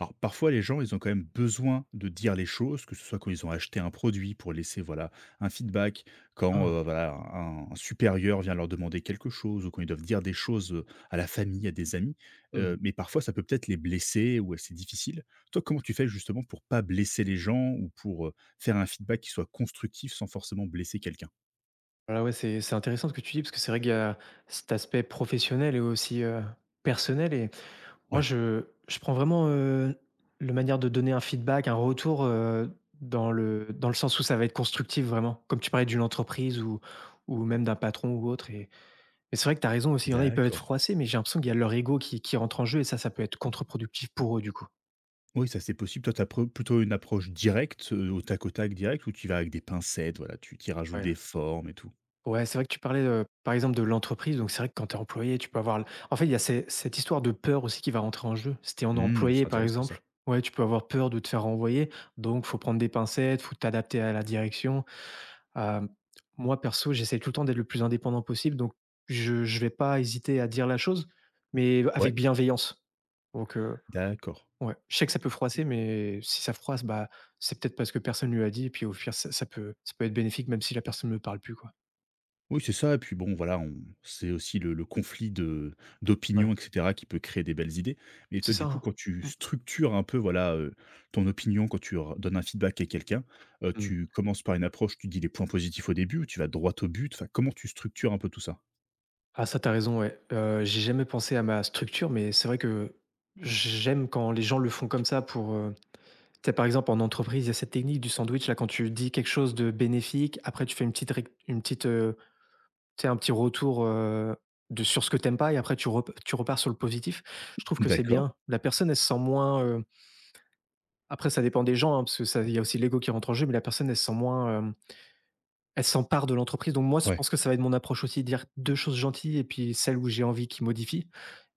Alors parfois, les gens, ils ont quand même besoin de dire les choses, que ce soit quand ils ont acheté un produit pour laisser un feedback, quand Ah! voilà un supérieur vient leur demander quelque chose, ou quand ils doivent dire des choses à la famille, à des amis. Mmh. Mais parfois, ça peut peut-être les blesser ou c'est difficile. Toi, comment tu fais justement pour pas blesser les gens ou pour faire un feedback qui soit constructif sans forcément blesser quelqu'un. Ah ouais, c'est intéressant ce que tu dis parce que c'est vrai qu'il y a cet aspect professionnel et aussi, personnel et moi Ouais, je prends vraiment, la manière de donner un feedback, un retour, dans le sens où ça va être constructif vraiment. Comme tu parlais d'une entreprise ou même d'un patron ou autre et mais c'est vrai que tu as raison aussi, il y en a, ils peuvent être d'accord. froissés mais j'ai l'impression qu'il y a leur ego qui rentre en jeu et ça peut être contre-productif pour eux du coup. Oui, ça c'est possible. Toi, tu as plutôt une approche directe, au tac direct, où tu vas avec des pincettes, voilà, tu y rajoutes Ouais. des formes et tout. Ouais, c'est vrai que tu parlais, par exemple, de l'entreprise, donc c'est vrai que quand tu es employé, tu peux avoir l en fait, il y a ces cette histoire de peur aussi qui va rentrer en jeu. Si tu en Mmh, employé, c'est par intéressant ça. exemple, ouais, tu peux avoir peur de te faire renvoyer, donc faut prendre des pincettes, faut t'adapter à la direction. Hem, Moi, perso, j'essaie tout le temps d'être le plus indépendant possible, donc je vais pas hésiter à dire la chose, mais Ouais, avec bienveillance. Donc d'accord. ouais, je sais que ça peut froisser, mais si ça froisse, bah, c'est peut-être parce que personne lui a dit et puis, au pire, ça peut être bénéfique même si la personne ne me parle plus, quoi. Oui, c'est ça et puis bon voilà, on c'est aussi le conflit de Ouais. d'opinions et cetera qui peut créer des belles idées. Mais toi C'est ça, du coup hein. quand tu Mmh. structures un peu voilà, ton opinion quand tu r donnes un feedback à quelqu'un, Mmh. tu commences par une approche, tu dis les points positifs au début ou tu vas droit au but? Enfin, comment tu structures un peu tout ça? Ah ça, t'as raison, ouais. J'ai jamais pensé à ma structure, mais c'est vrai que j'aime quand les gens le font comme ça pour, tu sais, par exemple, en entreprise, il y a cette technique du sandwich là, quand tu dis quelque chose de bénéfique, après tu fais une petite, tu sais, un petit retour, de sur ce que t'aimes pas et après tu repars sur le positif. Je trouve que c'est D'accord. bien. La personne, elle se sent moins, après ça dépend des gens, hein, parce que ça il y a aussi l'ego qui rentre en jeu, mais la personne, elle se sent moins, elle s'empare de l'entreprise, donc moi, je Ouais, pense que ça va être mon approche aussi, dire 2 choses gentilles et puis celle où j'ai envie qu'ils modifient.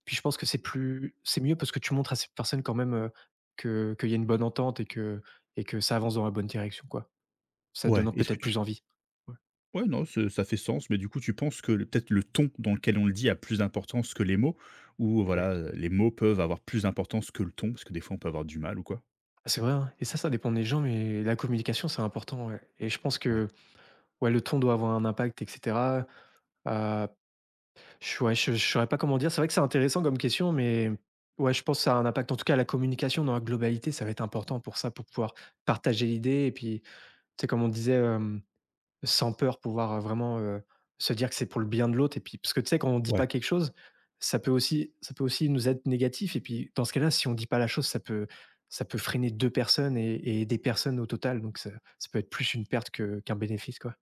Puis je pense que c'est plus c'est mieux parce que tu montres à cette personne quand même, que qu'il y a une bonne entente et que ça avance dans la bonne direction, quoi. Ça ouais. donne Est-ce que peut-être tu plus envie. Ouais. Ouais, non, ce ça fait sens, mais du coup, tu penses que le peut-être le ton dans lequel on le dit a plus d'importance que les mots? Ou Ouais. voilà, les mots peuvent avoir plus d'importance que le ton? Parce que des fois, on peut avoir du mal ou quoi? Ah, c'est vrai, hein et ça dépend des gens, mais la communication, c'est important, ouais et je pense Ouais, que, ouais, le ton doit avoir un impact et cetera, heu Je ouais, je saurais pas comment dire. C'est vrai que c'est intéressant comme question, mais ouais, je pense que ça a un impact. En tout cas, la communication dans la globalité, ça va être important pour ça, pour pouvoir partager l'idée. Et puis, tu sais, comme on disait, sans peur, pouvoir, vraiment, se dire que c'est pour le bien de l'autre. Et puis parce que tu sais, quand on ne dit pas ouais. quelque chose, ça peut aussi nous être négatif. Et puis, dans ce cas-là, si on ne dit pas la chose, ça peut freiner 2 personnes et des personnes au total. Donc ça ça peut être plus une perte que qu'un bénéfice, quoi,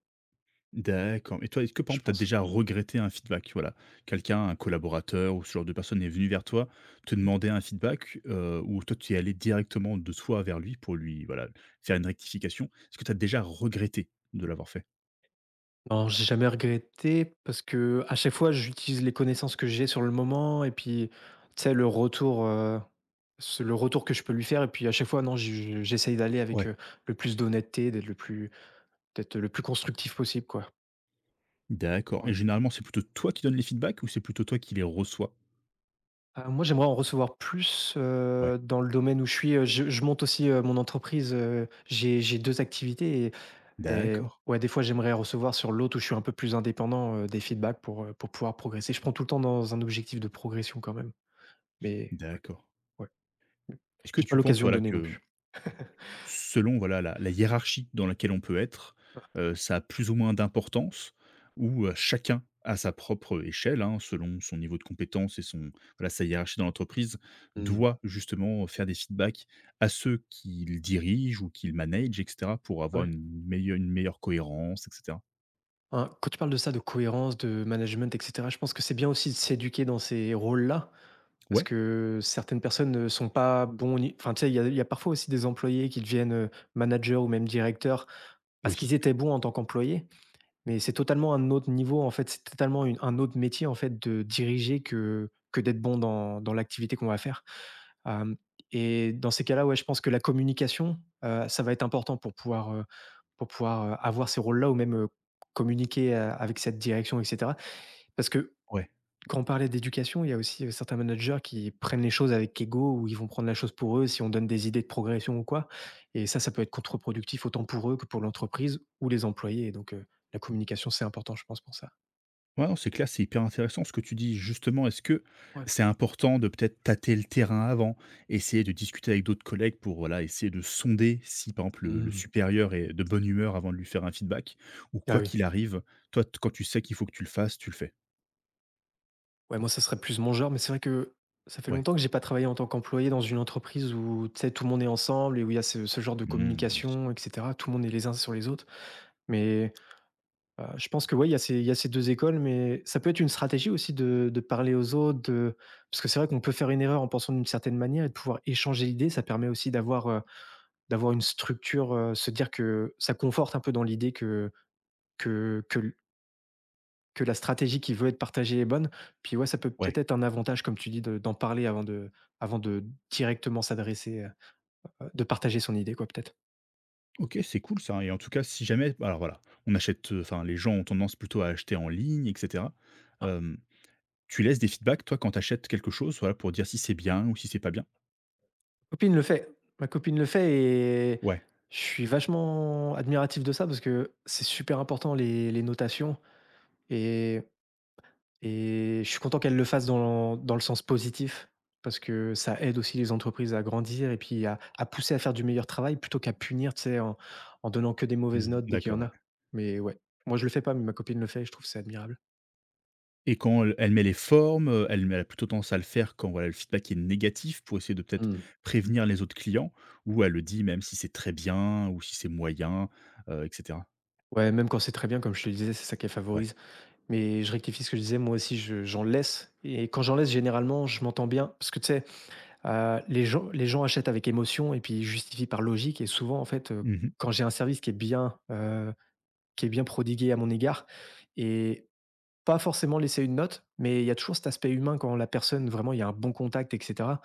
D'accord. Et toi, est-ce que par je exemple, tu as pense. déjà regretté un feedback? Voilà, quelqu'un, un collaborateur ou ce genre de personne est venu vers toi, te demander un feedback, ou toi, tu es allé directement de toi vers lui pour lui, voilà, faire une rectification. Est-ce que tu as déjà regretté de l'avoir fait? Non, j'ai jamais regretté parce que à chaque fois, j'utilise les connaissances que j'ai sur le moment et puis, tu sais, le retour, ce le retour que je peux lui faire et puis à chaque fois, non, je j'essaye d'aller avec, Ouais. Le plus d'honnêteté, d'être le plus constructif possible, quoi. D'accord Ouais. et généralement, c'est plutôt toi qui donnes les feedbacks ou c'est plutôt toi qui les reçois? Ah, moi, j'aimerais en recevoir plus, Ouais. Dans le domaine où je suis, je monte aussi, mon entreprise, j'ai 2 activités et D'accord, ouais, des fois, j'aimerais recevoir sur l'autre où je suis un peu plus indépendant, des feedbacks pour pouvoir progresser. Je prends tout le temps dans un objectif de progression quand même. Mais ouais, d'accord. ouais, mmh. Est-ce que J'ai pas tu penses, l'occasion de voilà, donner non que plus. selon, voilà, la hiérarchie dans laquelle on peut être, ça a plus ou moins d'importance ou, chacun à sa propre échelle, hein, selon son niveau de compétence et son voilà, sa hiérarchie dans l'entreprise, Mmh. doit justement faire des feedbacks à ceux qu'il dirige ou qu'il manage et cetera pour avoir Ouais, une meilleure cohérence et cetera? hein, quand tu parles de ça, de cohérence, de management et cetera, je pense que c'est bien aussi de s'éduquer dans ces rôles-là parce Ouais? que certaines personnes ne sont pas bons ni enfin, tu sais, il y a parfois aussi des employés qui deviennent, managers ou même directeurs Oui. parce qu'ils étaient bons en tant qu'employés. Mais c'est totalement un autre niveau, en fait, c'est totalement une un autre métier, en fait, de diriger que d'être bon dans l'activité qu'on va faire. Hem et dans ces cas-là, ouais, je pense que la communication, ça va être important pour pouvoir, avoir ces rôles-là ou même, communiquer, avec cette direction et cetera. Parce que Ouais. quand on parlait d'éducation, il y a aussi, certains managers qui prennent les choses avec ego ou ils vont prendre la chose pour eux si on donne des idées de progression ou quoi et ça peut être contre-productif autant pour eux que pour l'entreprise ou les employés donc la communication, c'est important, je pense, pour ça. Ouais, non, c'est clair, c'est hyper intéressant ce que tu dis. Justement, est-ce que Ouais. c'est important de peut-être tâter le terrain avant, essayer de discuter avec d'autres collègues pour voilà, essayer de sonder si, par exemple, le Mmh. supérieur est de bonne humeur avant de lui faire un feedback ou Ah quoi oui. qu'il arrive, toi, quand tu sais qu'il faut que tu le fasses, tu le fais. Ouais, moi, ça serait plus mon genre, mais c'est vrai que ça fait Ouais. longtemps que j'ai pas travaillé en tant qu'employé dans une entreprise où, tu sais, tout le monde est ensemble et où il y a ce genre de Hmm, oui. communication et cetera. Tout le monde est les uns sur les autres, mais je pense que oui, il y a ces 2 écoles, mais ça peut être une stratégie aussi de parler aux autres, de parce que c'est vrai qu'on peut faire une erreur en pensant d'une certaine manière et de pouvoir échanger l'idée. Ça permet aussi d'avoir, d'avoir une structure, se dire que ça conforte un peu dans l'idée que l que la stratégie qui veut être partagée est bonne. Puis ouais, ça peut Ouais. peut-être être un avantage, comme tu dis, de d'en parler avant de directement s'adresser, de partager son idée quoi, peut-être. Ok, c'est cool ça, hein. Et en tout cas, si jamais, alors voilà, on achète, enfin, les gens ont tendance plutôt à acheter en ligne, etc. Euh, tu laisses des feedbacks, toi, quand tu achètes quelque chose, voilà, pour dire si c'est bien ou si c'est pas bien. Copine le fait. Ma copine le fait et Ouais. je suis vachement admiratif de ça parce que c'est super important les notations et, et je suis content qu'elle le fasse dans, dans le sens positif parce que ça aide aussi les entreprises à grandir et puis à pousser à faire du meilleur travail plutôt qu'à punir, tu sais, en, en donnant que des mauvaises Oui, notes dès qu'il y en d'accord. a. Mais ouais, moi je le fais pas, mais ma copine le fait et je trouve que c'est admirable. Et quand elle met les formes, elle a plutôt tendance à le faire quand, voilà, le feedback est négatif pour essayer de peut-être Hmm. prévenir les autres clients ou elle le dit même si c'est très bien ou si c'est moyen, et cetera? Ouais, même quand c'est très bien, comme je te le disais, c'est ça qu'elle Ouais. favorise. Mais je rectifie ce que je disais, moi aussi j'en laisse. Et quand j'en laisse, généralement, je m'entends bien. Parce que tu sais, les gens achètent avec émotion et puis ils justifient par logique. Et souvent, en fait, Mmh. quand j'ai un service qui est bien prodigué à mon égard, et pas forcément laisser une note, mais il y a toujours cet aspect humain quand la personne, vraiment, il y a un bon contact, etc.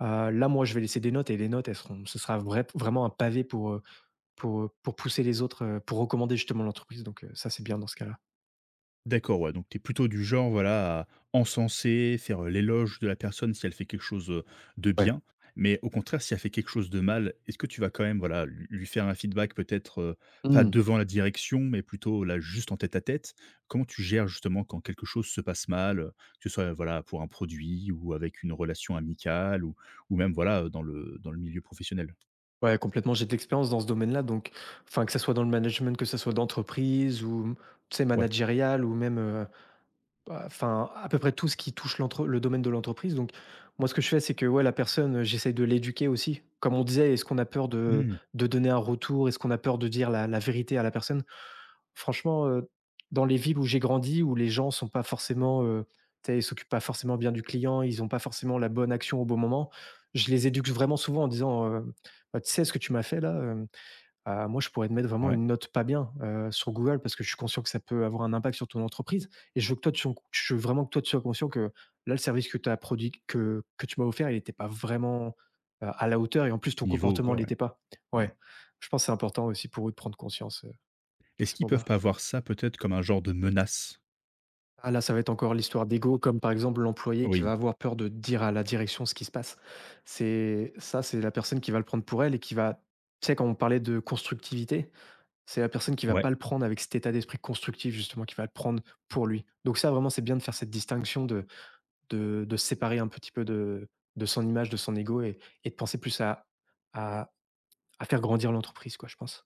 Là, moi, je vais laisser des notes et les notes, elles seront, ce sera vraiment un pavé pour pousser les autres, pour recommander justement l'entreprise. Donc, ça, c'est bien dans ce cas-là. D'accord, ouais, donc tu es plutôt du genre, voilà, à encenser, faire, l'éloge de la personne si elle fait quelque chose, de Ouais. bien. Mais au contraire, si elle fait quelque chose de mal, est-ce que tu vas quand même, voilà, lui faire un feedback peut-être, pas devant la direction, mais plutôt là, juste en tête-à-tête? Comment tu gères justement quand quelque chose se passe mal, que ce soit, voilà, pour un produit ou avec une relation amicale ou même, voilà, dans le milieu professionnel? Ouais, complètement. J'ai de l'expérience dans ce domaine-là, donc, enfin, que ça soit dans le management, que ça soit d'entreprise ou, tu sais, Ouais. managérial ou même, bah, enfin, à peu près tout ce qui touche l'entre le domaine de l'entreprise, donc moi, ce que je fais, c'est que, ouais, la personne, j'essaye de l'éduquer aussi. Comme on disait, est-ce qu'on a peur de Mmh. donner un retour? Est-ce qu'on a peur de dire la vérité à la personne? Franchement, dans les villes où j'ai grandi, où les gens sont pas forcément, tu sais, ils s'occupent pas forcément bien du client, ils ont pas forcément la bonne action au bon moment, je les éduque vraiment souvent en disant, «Bah, tu sais ce que tu m'as fait là, euh, moi, je pourrais te mettre vraiment Ouais. une note pas bien, sur Google parce que je suis conscient que ça peut avoir un impact sur ton entreprise et je veux que toi, tu sois je veux vraiment que toi, tu sois conscient que là, le service que tu as produit que tu m'as offert, il n'était pas vraiment, à la hauteur et en plus, ton Niveau ou comportement quoi, ne ouais. l'était pas. Mmh. Ouais, je pense que c'est important aussi pour eux de prendre conscience, dans Est-ce ces qu'ils peuvent moments-là. pas voir ça peut-être comme un genre de menace? Ah là, ça va être encore l'histoire d'ego, comme par exemple l'employé qui Oui. va avoir peur de dire à la direction ce qui se passe. C'est ça, c'est la personne qui va le prendre pour elle et qui va, tu sais, quand on parlait de constructivité, c'est la personne qui va Ouais. pas le prendre avec cet état d'esprit constructif justement, qui va le prendre pour lui. Donc ça vraiment, c'est bien de faire cette distinction, de se séparer un petit peu de son image, de son ego et de penser plus à à faire grandir l'entreprise quoi, je pense.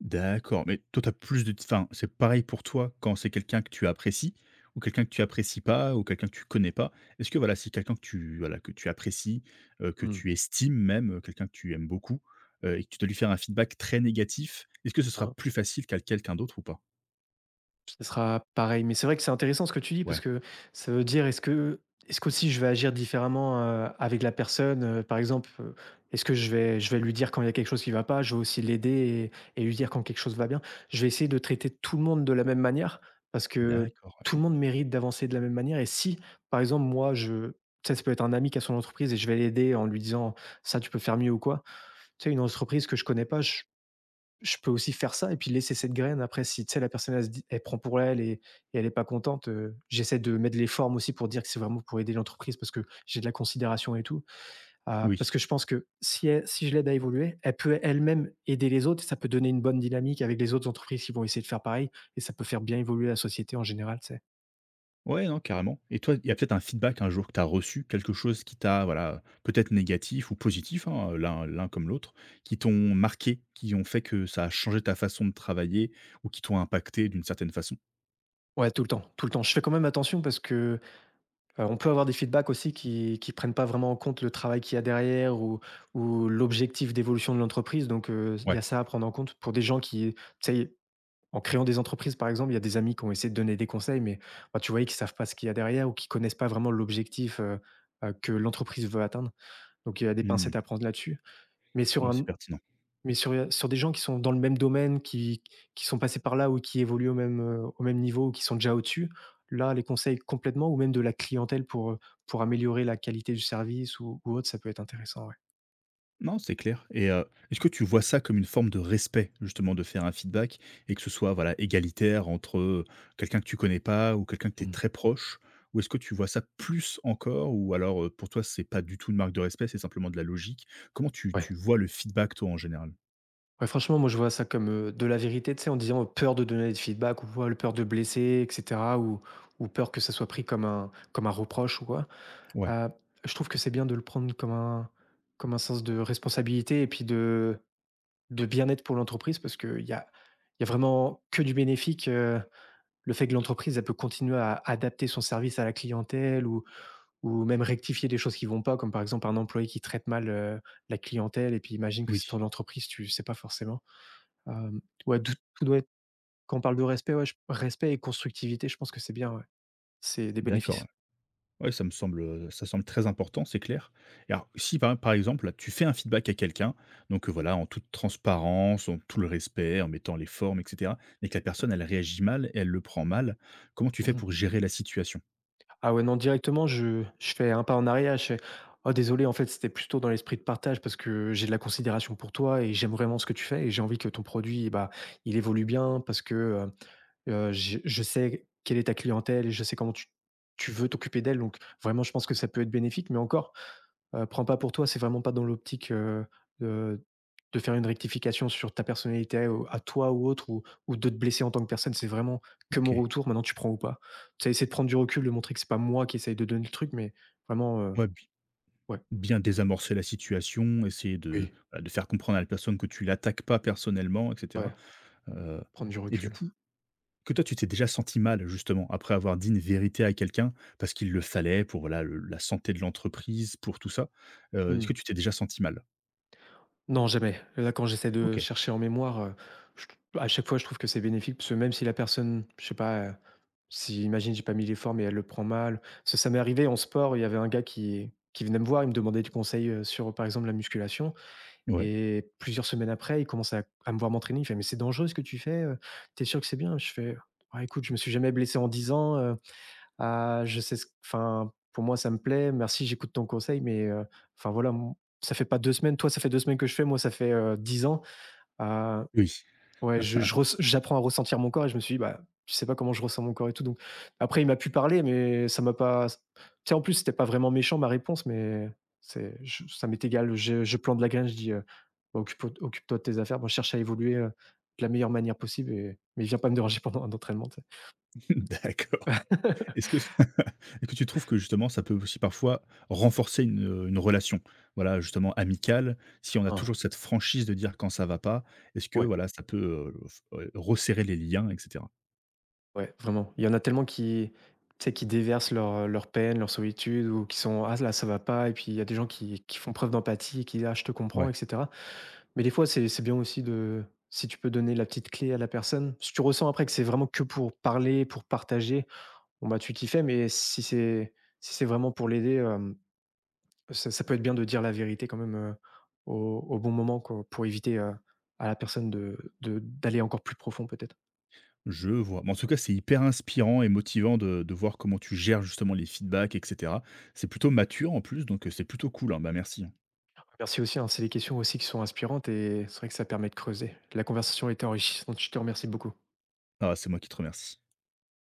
D'accord, mais toi, tu as plus de t enfin, c'est pareil pour toi quand c'est quelqu'un que tu apprécies ou quelqu'un que tu apprécies pas ou quelqu'un que tu connais pas? Est-ce que voilà, c'est quelqu'un que tu voilà, que tu apprécies, que Mmh. tu estimes même, quelqu'un que tu aimes beaucoup, et que tu dois lui faire un feedback très négatif, est-ce que ce sera Hein. plus facile qu'à quelqu'un d'autre ou pas? Ce sera pareil, mais c'est vrai que c'est intéressant ce que tu dis parce Ouais, que ça veut dire est-ce que est-ce qu'aussi je vais agir différemment, avec la personne, par exemple, est-ce que je vais lui dire quand il y a quelque chose qui va pas, je vais aussi l'aider et lui dire quand quelque chose va bien. Je vais essayer de traiter tout le monde de la même manière parce que d'accord, ouais. tout le monde mérite d'avancer de la même manière et si, par exemple, moi je, tu sais, ça peut être un ami qui a son entreprise et je vais l'aider en lui disant: «Ça, tu peux faire mieux ou quoi». Tu sais, une entreprise que je connais pas, je peux aussi faire ça et puis laisser cette graine. Après, si, tu sais, la personne, elle, elle prend pour elle et, elle n'est pas contente, j'essaie de mettre les formes aussi pour dire que c'est vraiment pour aider l'entreprise parce que j'ai de la considération et tout. Ah, parce Oui. que je pense que si, si je l'aide à évoluer, elle peut elle-même aider les autres et ça peut donner une bonne dynamique avec les autres entreprises qui vont essayer de faire pareil et ça peut faire bien évoluer la société en général, tu sais. Ouais, non, carrément. Et toi, il y a peut-être un feedback un jour que tu as reçu, quelque chose qui t'a, voilà, peut-être négatif ou positif, hein, l'un comme l'autre, qui t'ont marqué, qui ont fait que ça a changé ta façon de travailler ou qui t'ont impacté d'une certaine façon? Ouais, tout le temps, tout le temps. Je fais quand même attention parce que, on peut avoir des feedbacks aussi qui prennent pas vraiment en compte le travail qu'il y a derrière ou l'objectif d'évolution de l'entreprise donc il y Ouais. a ça à prendre en compte pour des gens qui, tu sais, en créant des entreprises, par exemple, il y a des amis qui ont essayé de donner des conseils mais, bah, tu voyais qu'ils ne savent pas ce qu'il y a derrière ou qu'ils ne connaissent pas vraiment l'objectif, que l'entreprise veut atteindre, donc il y a des Mmh. pincettes à prendre là-dessus, mais sur Ouais, c'est un pertinent. mais sur, sur des gens qui sont dans le même domaine, qui sont passés par là ou qui évoluent au même niveau ou qui sont déjà au-dessus, là, les conseils complètement ou même de la clientèle pour améliorer la qualité du service ou autre, ça peut être intéressant, ouais. Non, c'est clair et est-ce que tu vois ça comme une forme de respect, justement, de faire un feedback et que ce soit, voilà, égalitaire entre, quelqu'un que tu connais pas ou quelqu'un que tu es Mmh. très proche? Ou est-ce que tu vois ça plus encore ou alors, pour toi, c'est pas du tout une marque de respect, c'est simplement de la logique? Comment Ouais. tu vois le feedback, toi, en général? Ouais, franchement, moi, je vois ça comme, de la vérité, tu sais, en disant peur de donner des feedbacks ou quoi, le peur de blesser et cetera ou peur que ça soit pris comme un reproche ou quoi. Ouais, Heu, je trouve que c'est bien de le prendre comme un, comme un sens de responsabilité et puis de bien-être pour l'entreprise parce qu'il y a, vraiment que du bénéfique, le fait que l'entreprise, elle peut continuer à adapter son service à la clientèle ou même rectifier des choses qui vont pas, comme par exemple un employé qui traite mal, la clientèle et puis imagine que oui, c'est ton entreprise, tu sais pas forcément. Hem, ouais, tout doit être, quand on parle de respect, ouais, je respect et constructivité, je pense que c'est bien, ouais. C'est des d'accord. bénéfices. Ouais, ça me semble, ça semble très important, c'est clair. Et alors, si par exemple, là, tu fais un feedback à quelqu'un, donc voilà, en toute transparence, en tout le respect, en mettant les formes, et cetera, mais que la personne, elle réagit mal et elle le prend mal, comment tu fais Mmh. pour gérer la situation? Ah ouais, non, directement, je fais un pas en arrière, je fais: «Oh désolé, en fait, c'était plutôt dans l'esprit de partage parce que j'ai de la considération pour toi et j'aime vraiment ce que tu fais et j'ai envie que ton produit, eh bah, il évolue bien parce que, je sais quelle est ta clientèle et je sais comment tu veux t'occuper d'elle donc vraiment, je pense que ça peut être bénéfique» mais encore, prends pas pour toi, c'est vraiment pas dans l'optique, de de faire une rectification sur ta personnalité, ou à toi ou autre ou de te blesser en tant que personne, c'est vraiment que OK. mon retour, maintenant tu prends ou pas. Tu sais, essayer de prendre du recul, de montrer que c'est pas moi qui essaye de donner le truc, mais vraiment, Ouais, bi ouais. bien désamorcer la situation, essayer de, Oui, bah, de faire comprendre à la personne que tu l'attaques pas personnellement, et ouais, cetera, heu, prendre du et du recul. coup que toi, tu t'es déjà senti mal, justement, après avoir dit une vérité à quelqu'un, parce qu'il le fallait pour voilà le la santé de l'entreprise, pour tout ça. Est-ce Mmh. que tu t'es déjà senti mal? Non, jamais. Là, quand j'essaie de OK. chercher en mémoire, je t à chaque fois, je trouve que c'est bénéfique parce que même si la personne, je sais pas, si imagine, j'ai pas mis l'effort, mais elle le prend mal. Parce que ça m'est arrivé en sport, il y avait un gars qui venait me voir, il me demandait du conseil, sur, par exemple, la musculation Ouais. et plusieurs semaines après, il commençait à me voir m'entraîner. Il fait: «Mais c'est dangereux ce que tu fais, tu es sûr que c'est bien ?» Je fais: «Ah écoute, je me suis jamais blessé en 10 ans, heu. Ah, je sais ce enfin, pour moi, ça me plaît. Merci, j'écoute ton conseil, mais enfin, voilà, m ça fait pas 2 semaines. Toi, ça fait 2 semaines que je fais. Moi, ça fait, 10 ans. Heu, Oui. ouais, je res j'apprends à ressentir mon corps et je me suis dit: bah, je sais pas comment je ressens mon corps et tout», donc après, il m'a pu parler, mais ça m'a pas s tu sais, en plus, c'était pas vraiment méchant, ma réponse, mais c'est je ça m'est égal. Je plante la graine. Je dis, «Bah, occupe-toi de tes affaires. Moi, je cherche à évoluer, de la meilleure manière possible et mais viens pas me déranger pendant un entraînement», tu sais? D'accord. Est-ce que est-ce que tu trouves que, justement, ça peut aussi parfois renforcer une relation? Voilà, justement amicale, si on a toujours Ah. cette franchise de dire quand ça va pas, est-ce que, Ouais. voilà, ça peut, f resserrer les liens et cetera? Ouais, vraiment. Il y en a tellement qui, tu sais, qui déversent leur, leur peine, leur solitude ou qui sont: «Ah là, ça va pas» et puis il y a des gens qui font preuve d'empathie et qui disent: «Ah, je te comprends» Ouais. et cetera. Mais des fois, c'est bien aussi de, si tu peux donner la petite clé à la personne. Si tu ressens après que c'est vraiment que pour parler, pour partager, bon, bah, tu t'y fais, mais si c'est, si c'est vraiment pour l'aider, ça peut être bien de dire la vérité quand même, au au bon moment, quoi, pour éviter, à la personne de d'aller encore plus profond peut-être. Je vois. Mais en tout cas, c'est hyper inspirant et motivant de voir comment tu gères justement les feedbacks et cetera. C'est plutôt mature en plus, donc c'est plutôt cool, hein. Bah, merci, hein. Merci aussi, hein, c'est des questions aussi qui sont inspirantes et c'est vrai que ça permet de creuser. La conversation était enrichissante, je te remercie beaucoup. Ah, c'est moi qui te remercie.